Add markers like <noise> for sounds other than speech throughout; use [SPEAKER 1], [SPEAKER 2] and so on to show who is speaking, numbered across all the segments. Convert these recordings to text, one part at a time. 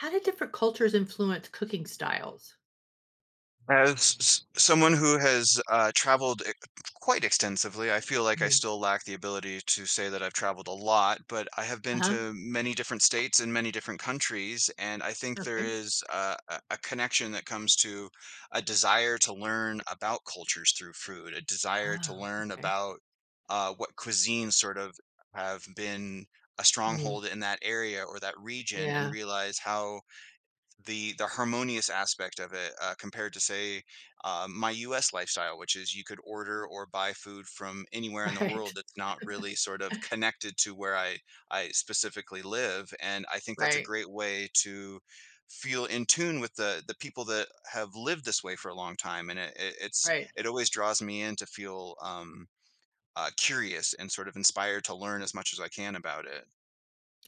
[SPEAKER 1] How did different cultures influence cooking styles?
[SPEAKER 2] Someone who has traveled quite extensively, I feel like I
[SPEAKER 1] Mm.
[SPEAKER 2] still lack the ability to say that I've traveled a lot, but I have been
[SPEAKER 1] Uh-huh.
[SPEAKER 2] to many different states and many different countries, and I think there
[SPEAKER 1] Okay.
[SPEAKER 2] is a connection that comes to a desire to learn about cultures through food, a desire to
[SPEAKER 1] Oh,
[SPEAKER 2] learn
[SPEAKER 1] okay.
[SPEAKER 2] about what cuisines sort of have been a
[SPEAKER 1] Mm.
[SPEAKER 2] stronghold in that area or that region, and
[SPEAKER 1] Yeah.
[SPEAKER 2] realize how the harmonious aspect of it compared to say my U.S. lifestyle, which is you could order or buy food from anywhere in
[SPEAKER 1] <laughs>
[SPEAKER 2] the
[SPEAKER 1] Right.
[SPEAKER 2] world that's not really sort of connected to where I specifically live, and I think that's a
[SPEAKER 1] Right.
[SPEAKER 2] great way to feel in tune with the people that have lived this way for a long time, and it, it, it's
[SPEAKER 1] Right.
[SPEAKER 2] it always draws me in to feel curious and sort of inspired to learn as much as I can about it.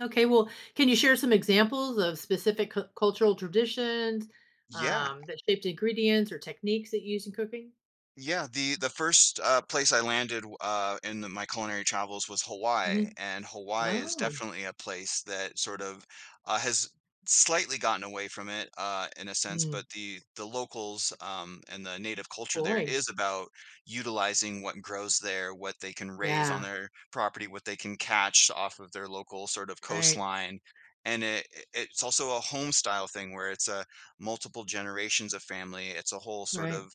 [SPEAKER 1] Okay. Well, can you share some examples of specific cultural traditions
[SPEAKER 2] Yeah,
[SPEAKER 1] that shaped ingredients or techniques that you use in cooking?
[SPEAKER 2] yeah. The first, place I landed, in the my culinary travels was
[SPEAKER 1] Hmm.
[SPEAKER 2] Hawaii, and Hawaii is
[SPEAKER 1] Oh,
[SPEAKER 2] definitely a place that has slightly gotten away from it, in a sense,
[SPEAKER 1] mm,
[SPEAKER 2] but the locals, and the native culture there
[SPEAKER 1] boy.
[SPEAKER 2] is about utilizing what grows there, what they can raise on
[SPEAKER 1] Yeah.
[SPEAKER 2] their property, what they can catch off of their local sort of
[SPEAKER 1] Right.
[SPEAKER 2] coastline, and it's also a home style thing where it's, a multiple generations of family, it's a whole sort
[SPEAKER 1] Right.
[SPEAKER 2] of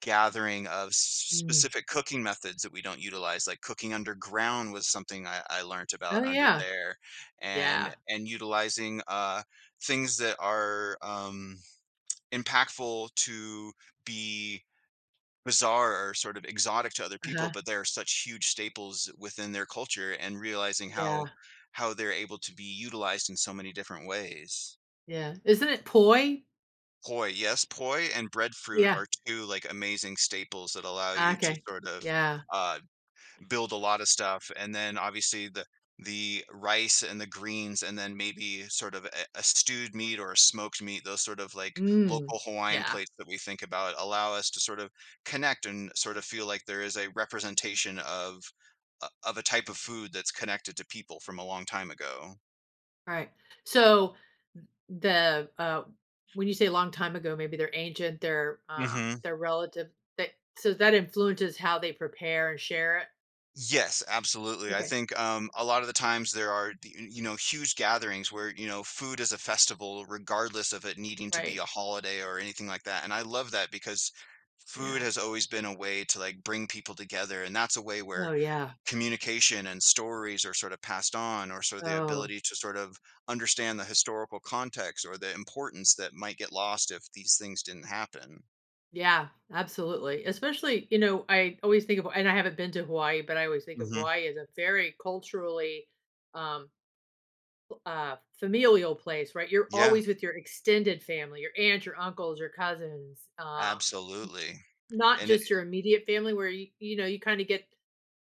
[SPEAKER 2] gathering of
[SPEAKER 1] Mm.
[SPEAKER 2] specific cooking methods that we don't utilize like cooking underground was something I learned
[SPEAKER 1] Oh,
[SPEAKER 2] about under
[SPEAKER 1] yeah.
[SPEAKER 2] there
[SPEAKER 1] Yeah.
[SPEAKER 2] and utilizing things that are impactful to be bizarre or sort of exotic to other people
[SPEAKER 1] Uh-huh.
[SPEAKER 2] but they're such huge staples within their culture and realizing
[SPEAKER 1] Yeah.
[SPEAKER 2] how they're able to be utilized in so many different ways.
[SPEAKER 1] Yeah. Isn't it poi?
[SPEAKER 2] Poi, yes, poi and breadfruit
[SPEAKER 1] Yeah.
[SPEAKER 2] are two like amazing staples that allow
[SPEAKER 1] Ah,
[SPEAKER 2] you to
[SPEAKER 1] okay.
[SPEAKER 2] sort of
[SPEAKER 1] Yeah.
[SPEAKER 2] uh, build a lot of stuff and then obviously the rice and the greens and then maybe sort of a stewed meat or a smoked meat those sort of like
[SPEAKER 1] Mm.
[SPEAKER 2] local Hawaiian
[SPEAKER 1] Yeah.
[SPEAKER 2] plates that we think about allow us to sort of connect and sort of feel like there is a representation of a type of food that's connected to people from a long time ago.
[SPEAKER 1] All right. So the when you say long time ago, maybe they're ancient,
[SPEAKER 2] Hmm.
[SPEAKER 1] they're relative. That, so that influences how they prepare and share it.
[SPEAKER 2] Yes, absolutely. I
[SPEAKER 1] Okay.
[SPEAKER 2] think a lot of the times there are, you know, huge gatherings where, you know, food is a festival, regardless of it needing to be
[SPEAKER 1] Right.
[SPEAKER 2] a holiday or anything like that. And I love that because food
[SPEAKER 1] Yeah.
[SPEAKER 2] has always been a way to like bring people together. And that's a way where
[SPEAKER 1] Oh yeah.
[SPEAKER 2] communication and stories are sort of passed on, or so the
[SPEAKER 1] Oh
[SPEAKER 2] ability to sort of understand the historical context or the importance that might get lost if these things didn't happen.
[SPEAKER 1] yeah, absolutely. Especially, you know, I always think of, and I haven't been to Hawaii, but I always think of
[SPEAKER 2] Hmm.
[SPEAKER 1] Hawaii as a very culturally um familial place, right? You're
[SPEAKER 2] Yeah,
[SPEAKER 1] always with your extended family, your aunt, your uncles, your cousins, um.
[SPEAKER 2] absolutely.
[SPEAKER 1] Not
[SPEAKER 2] And it,
[SPEAKER 1] just your immediate family, where you know, you kinda get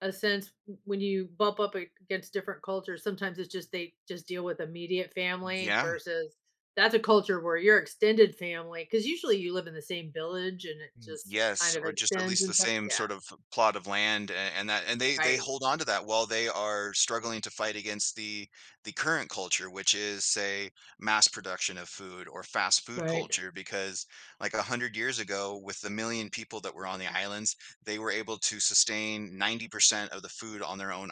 [SPEAKER 1] a sense, when you bump up against different cultures, sometimes it's just they just deal with immediate family
[SPEAKER 2] yeah.
[SPEAKER 1] versus that's a culture where your extended family, because usually you live in the same village and it
[SPEAKER 2] Yes,
[SPEAKER 1] just
[SPEAKER 2] yes,
[SPEAKER 1] kind of
[SPEAKER 2] or just at
[SPEAKER 1] extends
[SPEAKER 2] least
[SPEAKER 1] and
[SPEAKER 2] the
[SPEAKER 1] stuff.
[SPEAKER 2] same
[SPEAKER 1] Yeah,
[SPEAKER 2] sort of plot of land a and that and they
[SPEAKER 1] right,
[SPEAKER 2] hold on to that while they are struggling to fight against the current culture, which is, say, mass production of food or fast food
[SPEAKER 1] right.
[SPEAKER 2] culture, because, like, 100 years ago, with the 1,000,000 people that were on the islands, they were able to sustain 90% of the food on their own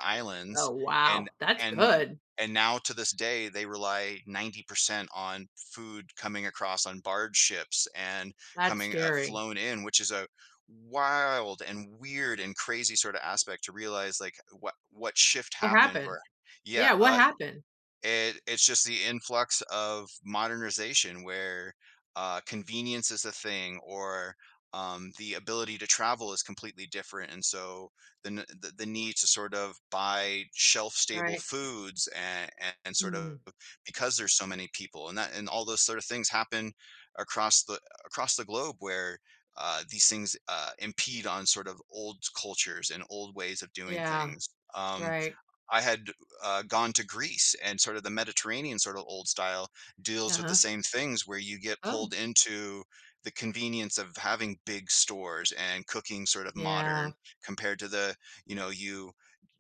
[SPEAKER 1] Oh,
[SPEAKER 2] islands, and
[SPEAKER 1] wow, that's
[SPEAKER 2] and
[SPEAKER 1] good.
[SPEAKER 2] and now to this day, they rely 90% on food coming across on barge ships and
[SPEAKER 1] That's
[SPEAKER 2] coming
[SPEAKER 1] scary.
[SPEAKER 2] flown in, which is a wild and weird and crazy sort of aspect to realize like what shift
[SPEAKER 1] What
[SPEAKER 2] happened
[SPEAKER 1] happened?
[SPEAKER 2] or yeah
[SPEAKER 1] Yeah, what
[SPEAKER 2] uh,
[SPEAKER 1] happened?
[SPEAKER 2] it it's just the influx of modernization where, convenience is a thing or, the ability to travel is completely different, and so the n the need to sort of buy shelf-stable
[SPEAKER 1] Right.
[SPEAKER 2] foods and sort of
[SPEAKER 1] Mm,
[SPEAKER 2] because there's so many people, and that and all those sort of things happen across the across the globe where, these things, impede on sort of old cultures and old ways of doing
[SPEAKER 1] yeah,
[SPEAKER 2] things, um.
[SPEAKER 1] right.
[SPEAKER 2] I had gone to Greece and sort of the Mediterranean sort of old style deals with the
[SPEAKER 1] Uh-huh.
[SPEAKER 2] same things where you get
[SPEAKER 1] Oh,
[SPEAKER 2] pulled into the convenience of having big stores and cooking sort of
[SPEAKER 1] yeah,
[SPEAKER 2] modern compared to the, you know, you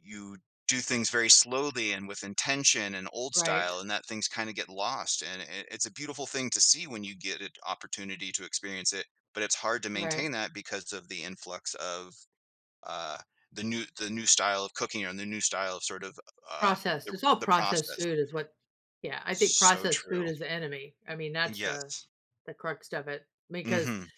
[SPEAKER 2] you do things very slowly and with intention and old
[SPEAKER 1] right,
[SPEAKER 2] style and that things kind of get lost and it's a beautiful thing to see when you get an opportunity to experience it but it's hard to
[SPEAKER 1] right.
[SPEAKER 2] maintain that because of the influx of uh, the new style of cooking or the new style of uh,
[SPEAKER 1] Processed.
[SPEAKER 2] the
[SPEAKER 1] It's all
[SPEAKER 2] the
[SPEAKER 1] processed
[SPEAKER 2] process.
[SPEAKER 1] food is what, yeah, I think
[SPEAKER 2] So
[SPEAKER 1] processed food
[SPEAKER 2] true.
[SPEAKER 1] is the enemy. I mean, that's the
[SPEAKER 2] Yes.
[SPEAKER 1] the crux of it, because
[SPEAKER 2] Mhm.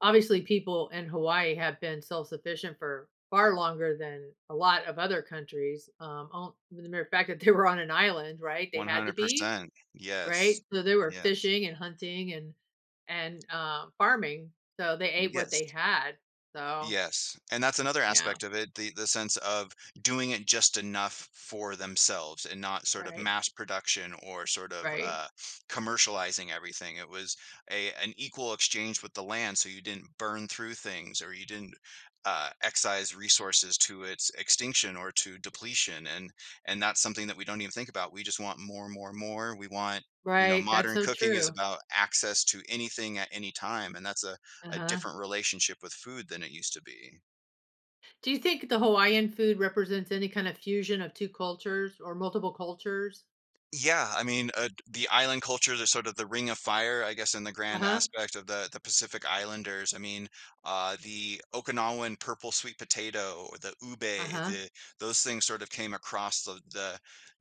[SPEAKER 1] obviously people in Hawaii have been self-sufficient for far longer than a lot of other countries. The mere fact that they were on an island, right? They had to be,
[SPEAKER 2] 100%. Yes.
[SPEAKER 1] right? So they were
[SPEAKER 2] Yes.
[SPEAKER 1] fishing and hunting and farming. So they ate what they
[SPEAKER 2] Yes.
[SPEAKER 1] had. So
[SPEAKER 2] Yes, and that's another
[SPEAKER 1] yeah,
[SPEAKER 2] aspect of it, the sense of doing it just enough for themselves and not sort of
[SPEAKER 1] right,
[SPEAKER 2] mass production or
[SPEAKER 1] right,
[SPEAKER 2] commercializing everything. It was a an equal exchange with the land, so you didn't burn through things or you didn't, excise resources to its extinction or to depletion, and that's something that we don't even think about. We just want more, more, more. We want, you know,
[SPEAKER 1] right. That's
[SPEAKER 2] modern
[SPEAKER 1] so
[SPEAKER 2] cooking is
[SPEAKER 1] true.
[SPEAKER 2] about access to anything at any time, and that's
[SPEAKER 1] Uh
[SPEAKER 2] a
[SPEAKER 1] huh.
[SPEAKER 2] different relationship with food than it used to be.
[SPEAKER 1] Do you think the Hawaiian food represents any kind of fusion of 2 cultures or multiple cultures?
[SPEAKER 2] Yeah, I mean, the island cultures are sort of the ring of fire, I guess, in the grand
[SPEAKER 1] Uh-huh,
[SPEAKER 2] aspect of the Pacific Islanders. I mean, the Okinawan purple sweet potato or the ube,
[SPEAKER 1] uh-huh.
[SPEAKER 2] the those things sort of came across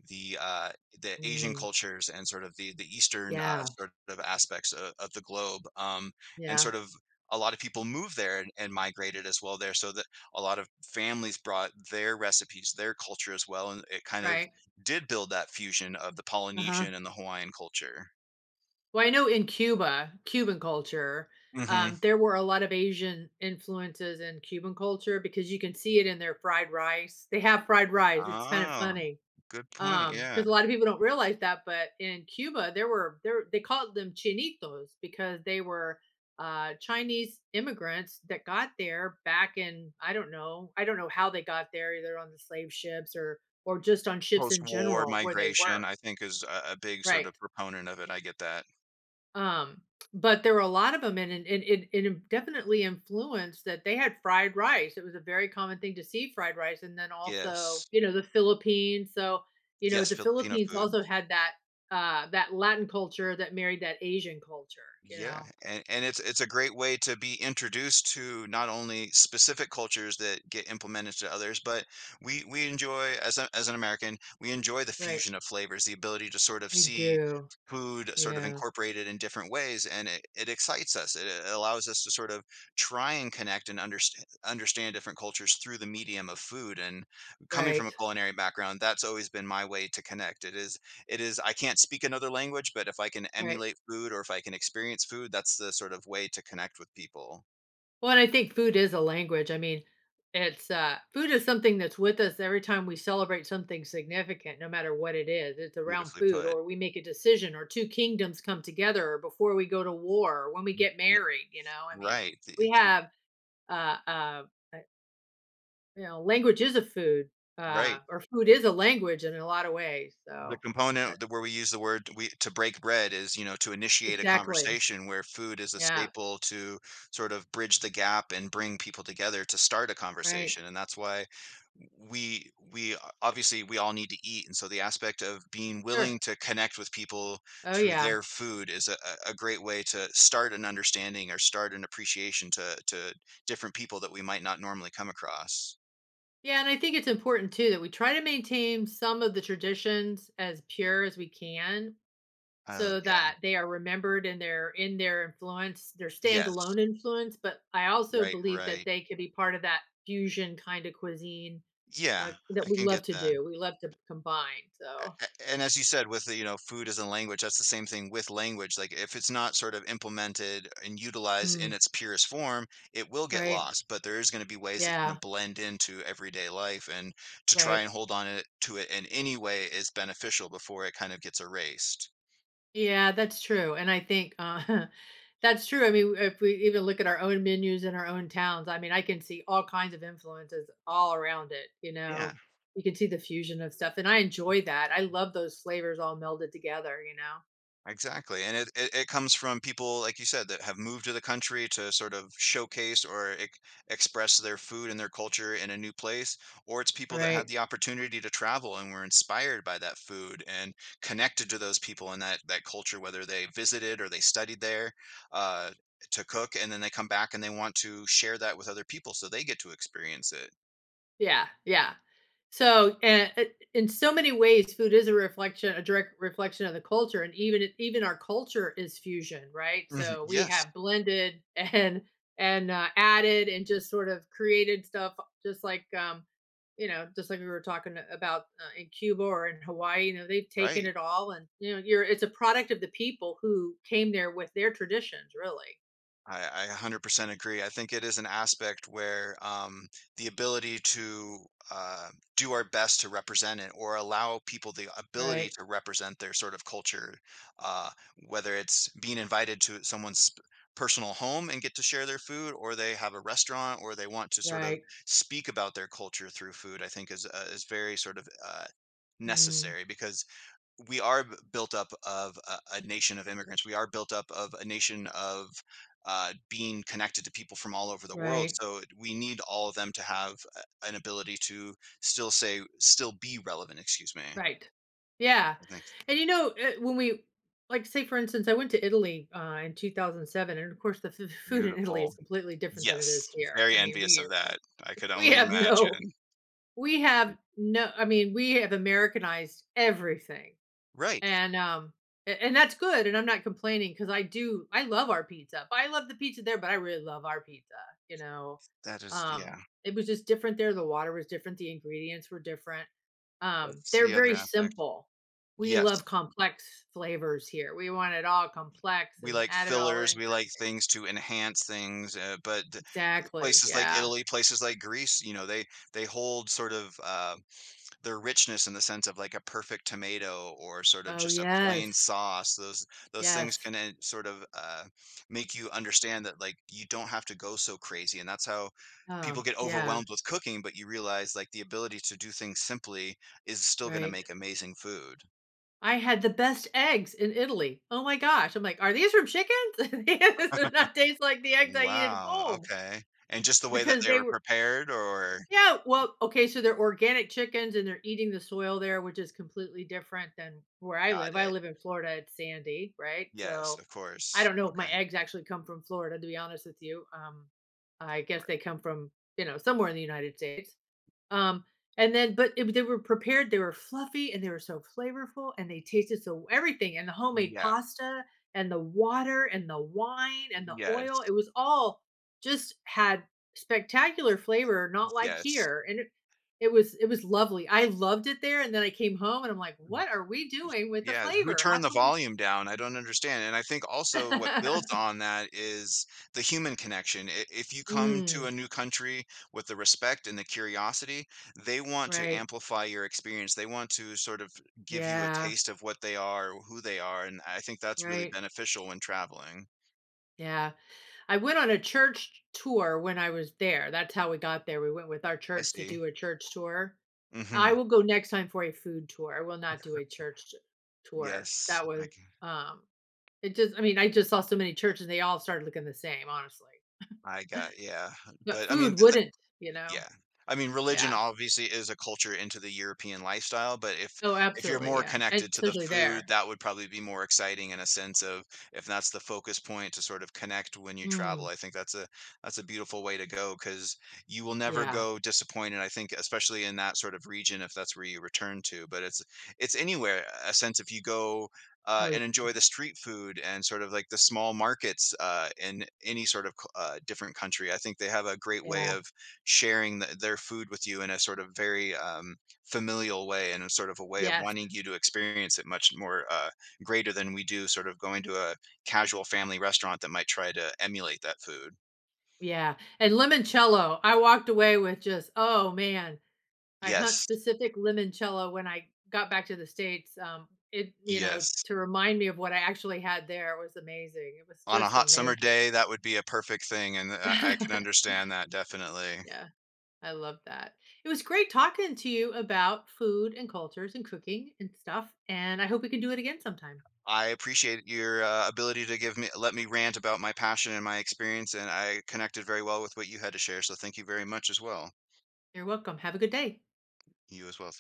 [SPEAKER 2] the uh, the Asian
[SPEAKER 1] Mm,
[SPEAKER 2] cultures and sort of the Eastern
[SPEAKER 1] yeah,
[SPEAKER 2] sort of aspects of the globe, and
[SPEAKER 1] yeah,
[SPEAKER 2] sort of. A lot of people moved there and migrated as well there, so that a lot of families brought their recipes, their culture as well, and it kind of
[SPEAKER 1] right,
[SPEAKER 2] did build that fusion of the
[SPEAKER 1] uh-huh.
[SPEAKER 2] Polynesian and the Hawaiian culture.
[SPEAKER 1] Well, I know in Cuba, Cuban culture,
[SPEAKER 2] Mhm.
[SPEAKER 1] there were a lot of Asian influences in Cuban culture, because you can see it in their fried rice. They have fried rice, it's kind of
[SPEAKER 2] Oh,
[SPEAKER 1] funny.
[SPEAKER 2] good point,
[SPEAKER 1] Um,
[SPEAKER 2] yeah.
[SPEAKER 1] because a lot of people don't realize that, but in Cuba, there they called them "Chinitos," because they were, Chinese immigrants that got there back in, I don't know, I don't know how they got there, either on the slave ships or just on ships in
[SPEAKER 2] Post-war
[SPEAKER 1] general where they
[SPEAKER 2] migration,
[SPEAKER 1] worked.
[SPEAKER 2] I think, is a big sort
[SPEAKER 1] Right.
[SPEAKER 2] of proponent of it, I get that.
[SPEAKER 1] Um, but there were a lot of them, and it definitely influenced that they had fried rice. It was a very common thing to see fried rice, and then also,
[SPEAKER 2] Yes.
[SPEAKER 1] you know, the Philippines. So, you know,
[SPEAKER 2] Yes,
[SPEAKER 1] the
[SPEAKER 2] Filipino
[SPEAKER 1] Philippines
[SPEAKER 2] food.
[SPEAKER 1] also had that, that Latin culture that married that Asian culture, you
[SPEAKER 2] Yeah,
[SPEAKER 1] know?
[SPEAKER 2] and it's a great way to be introduced to not only specific cultures that get implemented to others, but we enjoy as as an American, we enjoy the
[SPEAKER 1] Right.
[SPEAKER 2] fusion of flavors, the ability to sort of
[SPEAKER 1] We
[SPEAKER 2] see
[SPEAKER 1] do.
[SPEAKER 2] food sort of
[SPEAKER 1] Yeah.
[SPEAKER 2] incorporated in different ways, and it excites us. It allows us to sort of try and connect and understand different cultures through the medium of food. And coming from a
[SPEAKER 1] Right.
[SPEAKER 2] culinary background, that's always been my way to connect. It is I can't speak another language, but if I can
[SPEAKER 1] Right.
[SPEAKER 2] emulate food or if I can experience food, that's the sort of way to connect with people.
[SPEAKER 1] Well, and I think food is a language. I mean, it's food is something that's with us every time we celebrate something significant, no matter what it is. It's around
[SPEAKER 2] Beautifully
[SPEAKER 1] food,
[SPEAKER 2] put.
[SPEAKER 1] or we make a decision, or two kingdoms come together, or before we go to war, or when we get
[SPEAKER 2] Yeah.
[SPEAKER 1] married, you know. I mean,
[SPEAKER 2] Right,
[SPEAKER 1] we
[SPEAKER 2] the
[SPEAKER 1] have uh uh uh, you know, language is a food,
[SPEAKER 2] right.
[SPEAKER 1] or food is a language in a lot of ways.
[SPEAKER 2] The
[SPEAKER 1] So, uh,
[SPEAKER 2] component that where we use the word we to break bread is, you know, to initiate a
[SPEAKER 1] exactly.
[SPEAKER 2] conversation where food is a
[SPEAKER 1] Yeah.
[SPEAKER 2] staple to sort of bridge the gap and bring people together to start a
[SPEAKER 1] Right.
[SPEAKER 2] conversation. And that's why obviously we all need to eat. And so the aspect of being willing
[SPEAKER 1] Sure.
[SPEAKER 2] to connect with people
[SPEAKER 1] Oh,
[SPEAKER 2] through
[SPEAKER 1] yeah.
[SPEAKER 2] their food is a great way to start an understanding or start an appreciation to different people that we might not normally come across.
[SPEAKER 1] Yeah, and I think it's important too that we try to maintain some of the traditions as pure as we can, so
[SPEAKER 2] Yeah.
[SPEAKER 1] that they are remembered and they're in their influence, their
[SPEAKER 2] Yes.
[SPEAKER 1] standalone influence. But I also
[SPEAKER 2] Right,
[SPEAKER 1] believe that
[SPEAKER 2] right.
[SPEAKER 1] they could be part of that fusion kind of cuisine
[SPEAKER 2] Yeah,
[SPEAKER 1] that
[SPEAKER 2] I
[SPEAKER 1] we
[SPEAKER 2] can
[SPEAKER 1] love
[SPEAKER 2] get
[SPEAKER 1] to
[SPEAKER 2] that.
[SPEAKER 1] do. We love to combine. So,
[SPEAKER 2] A And as you said, with the, you know, food as a language, that's the same thing with language, like, if it's not sort of implemented and utilized
[SPEAKER 1] mm,
[SPEAKER 2] in its purest form, it will get
[SPEAKER 1] right.
[SPEAKER 2] lost, but there is gonna be ways it's
[SPEAKER 1] Yeah,
[SPEAKER 2] gonna blend into everyday life, and to try
[SPEAKER 1] right.
[SPEAKER 2] and hold on it to it in any way is beneficial before it kind of gets erased.
[SPEAKER 1] Yeah, that's true, and I think, <laughs> that's true. I mean, if we even look at our own menus in our own towns, I mean, I can see all kinds of influences all around it, you
[SPEAKER 2] Yeah.
[SPEAKER 1] know? You can see the fusion of stuff, and I enjoy that, I love those flavors all melded together, you know?
[SPEAKER 2] Exactly, and it comes from people, like you said, that have moved to the country to sort of showcase or ex express their food and their culture in a new place, or it's people that had
[SPEAKER 1] Right.
[SPEAKER 2] the opportunity to travel and were inspired by that food and connected to those people in that culture, whether they visited or they studied there uh, to cook, and then they come back and they want to share that with other people so they get to experience it.
[SPEAKER 1] Yeah, yeah. So, and in so many ways, food is a reflection, a direct reflection of the culture, and even our culture is fusion, right?
[SPEAKER 2] Mhm,
[SPEAKER 1] So we
[SPEAKER 2] Yes,
[SPEAKER 1] have blended <laughs> and added and just sort of created stuff, just like you know, just like we were talking about in Cuba or in Hawaii. You know, they've taken
[SPEAKER 2] right.
[SPEAKER 1] it all, and you know, you're it's a product of the people who came there with their traditions, really.
[SPEAKER 2] I 100% agree. I think it is an aspect where the ability to uh, do our best to represent it or allow people the ability
[SPEAKER 1] Right,
[SPEAKER 2] to represent their sort of culture, uh, whether it's being invited to someone's personal home and get to share their food, or they have a restaurant, or they want to sort of
[SPEAKER 1] right,
[SPEAKER 2] speak about their culture through food, I think is very
[SPEAKER 1] mm,
[SPEAKER 2] necessary because we are built up of a nation of immigrants. We are built up of a nation of being connected to people from all over the world.
[SPEAKER 1] right.
[SPEAKER 2] So we need all of them to have an ability to still say, still be relevant. Excuse me.
[SPEAKER 1] Right. Yeah.
[SPEAKER 2] I think
[SPEAKER 1] And you know, when we like say for instance, I went to Italy in 2007, and of course the <laughs> food in Italy
[SPEAKER 2] beautiful.
[SPEAKER 1] is completely different than it
[SPEAKER 2] Yes,
[SPEAKER 1] is here.
[SPEAKER 2] very
[SPEAKER 1] I mean,
[SPEAKER 2] envious
[SPEAKER 1] we
[SPEAKER 2] of
[SPEAKER 1] are,
[SPEAKER 2] that. I could
[SPEAKER 1] we
[SPEAKER 2] only
[SPEAKER 1] have no
[SPEAKER 2] imagine.
[SPEAKER 1] we have no, I mean, we have Americanized everything.
[SPEAKER 2] Right.
[SPEAKER 1] And, a and that's good, and I'm not complaining, because I love our pizza, but I love the pizza there, but I really love our pizza, you know?
[SPEAKER 2] That is,
[SPEAKER 1] Um,
[SPEAKER 2] yeah.
[SPEAKER 1] it was just different there, the water was different, the ingredients were different.
[SPEAKER 2] That's
[SPEAKER 1] They're
[SPEAKER 2] the other
[SPEAKER 1] very
[SPEAKER 2] aspect.
[SPEAKER 1] simple. We love
[SPEAKER 2] Yes.
[SPEAKER 1] complex flavors here. We want it all complex
[SPEAKER 2] We
[SPEAKER 1] and
[SPEAKER 2] like
[SPEAKER 1] add it all
[SPEAKER 2] fillers.
[SPEAKER 1] in.
[SPEAKER 2] We like things to enhance things, but
[SPEAKER 1] Exactly,
[SPEAKER 2] places like
[SPEAKER 1] yeah.
[SPEAKER 2] Italy, places like Greece, you know, they hold their richness in the sense of like a perfect tomato or sort of
[SPEAKER 1] Oh,
[SPEAKER 2] just a plain
[SPEAKER 1] yes.
[SPEAKER 2] sauce. Those things
[SPEAKER 1] Yes.
[SPEAKER 2] can en sort make you understand that, like, you don't have to go so crazy, and that's how people
[SPEAKER 1] Oh,
[SPEAKER 2] get
[SPEAKER 1] yeah,
[SPEAKER 2] overwhelmed with cooking, but you realize, like, the ability to do things simply is still gonna
[SPEAKER 1] right.
[SPEAKER 2] make amazing food.
[SPEAKER 1] I had the best eggs in Italy. Oh my gosh. I'm like, "Are these from chickens?" <laughs> This does not taste like the eggs I eat at
[SPEAKER 2] Wow,
[SPEAKER 1] home,
[SPEAKER 2] okay. And just the way that
[SPEAKER 1] because
[SPEAKER 2] they
[SPEAKER 1] they
[SPEAKER 2] were
[SPEAKER 1] were.
[SPEAKER 2] prepared or
[SPEAKER 1] Yeah, well, okay, so they're organic chickens and they're eating the soil there, which is completely different than where I
[SPEAKER 2] got
[SPEAKER 1] live. I
[SPEAKER 2] it.
[SPEAKER 1] live in Florida, it's sandy, right?
[SPEAKER 2] Yes,
[SPEAKER 1] So
[SPEAKER 2] of
[SPEAKER 1] I
[SPEAKER 2] course.
[SPEAKER 1] don't know if my
[SPEAKER 2] Okay.
[SPEAKER 1] eggs actually come from Florida, to be honest with you. I guess
[SPEAKER 2] Right.
[SPEAKER 1] they come from, you know, somewhere in the United States. Um, and then but it, they were prepared, they were fluffy, and they were so flavorful, and they tasted so everything, and the homemade
[SPEAKER 2] Yeah.
[SPEAKER 1] pasta, and the water, and the wine, and the oil, it
[SPEAKER 2] Yes,
[SPEAKER 1] was all just had spectacular flavor, not like
[SPEAKER 2] yes.
[SPEAKER 1] here, and it was it was lovely. I loved it there, and then I came home, and I'm like,
[SPEAKER 2] Mhm.
[SPEAKER 1] "What are we doing with the
[SPEAKER 2] Yeah, who
[SPEAKER 1] flavor? How
[SPEAKER 2] turned the
[SPEAKER 1] can we?"
[SPEAKER 2] volume down? I don't understand, and I think also what builds
[SPEAKER 1] <laughs>
[SPEAKER 2] on that is the human connection. I if you come to
[SPEAKER 1] Mm,
[SPEAKER 2] a new country with the respect and the curiosity, they want to
[SPEAKER 1] right.
[SPEAKER 2] amplify your experience. They want to sort of give you a
[SPEAKER 1] Yeah,
[SPEAKER 2] taste of what they are or who they are, and I think that's really
[SPEAKER 1] right.
[SPEAKER 2] beneficial when traveling.
[SPEAKER 1] Yeah. I went on a church tour when I was there. That's how we got there. We went with our
[SPEAKER 2] I
[SPEAKER 1] church to
[SPEAKER 2] see.
[SPEAKER 1] do a church tour. I
[SPEAKER 2] Mhm.
[SPEAKER 1] will go next time for a food tour. I will not do a tour.
[SPEAKER 2] Yes,
[SPEAKER 1] That
[SPEAKER 2] I
[SPEAKER 1] was
[SPEAKER 2] g
[SPEAKER 1] um, it just, I mean, I just saw so many churches, they all started looking the same, honestly.
[SPEAKER 2] I got yeah,
[SPEAKER 1] But
[SPEAKER 2] but I mean
[SPEAKER 1] food
[SPEAKER 2] th
[SPEAKER 1] wouldn't, you know.
[SPEAKER 2] Yeah. I mean, religion
[SPEAKER 1] Yeah.
[SPEAKER 2] obviously is a culture into the European lifestyle, but
[SPEAKER 1] Oh,
[SPEAKER 2] if you're
[SPEAKER 1] absolutely.
[SPEAKER 2] more
[SPEAKER 1] Yeah. And
[SPEAKER 2] connected to the
[SPEAKER 1] especially
[SPEAKER 2] food,
[SPEAKER 1] there.
[SPEAKER 2] that would probably be more exciting in a sense of if that's the focus point to sort of connect when you
[SPEAKER 1] Mm,
[SPEAKER 2] travel. I think that's a beautiful way to go because you will never
[SPEAKER 1] yeah.
[SPEAKER 2] go disappointed. I think especially in that sort of region if that's where you return to, but it's anywhere a sense if you go
[SPEAKER 1] Oh, y-
[SPEAKER 2] and enjoy the street food and sort of like the small markets in any sort of different country. I think they have a great way
[SPEAKER 1] yeah.
[SPEAKER 2] of sharing the, their food with you in a sort of very familial way and a sort of a way of
[SPEAKER 1] Yes.
[SPEAKER 2] wanting you to experience it much more greater than we do sort of going to a casual family restaurant that might try to emulate that food.
[SPEAKER 1] Yeah. And limoncello, I walked away with just, oh man, I hunt
[SPEAKER 2] Yes,
[SPEAKER 1] specific limoncello when I got back to the States. It, you know,
[SPEAKER 2] yes.
[SPEAKER 1] to remind me of what I actually had there was amazing. It was
[SPEAKER 2] On a
[SPEAKER 1] just
[SPEAKER 2] hot summer
[SPEAKER 1] amazing.
[SPEAKER 2] day, that would be a perfect thing, and I can
[SPEAKER 1] <laughs> Yeah,
[SPEAKER 2] understand that definitely.
[SPEAKER 1] I love that. It was great talking to you about food and cultures and cooking and stuff. And I hope we can do it again sometime.
[SPEAKER 2] I appreciate your ability to give me let me rant about my passion and my experience, and I connected very well with what you had to share. So thank you very much as well.
[SPEAKER 1] You're welcome. Have a good day.
[SPEAKER 2] You as well.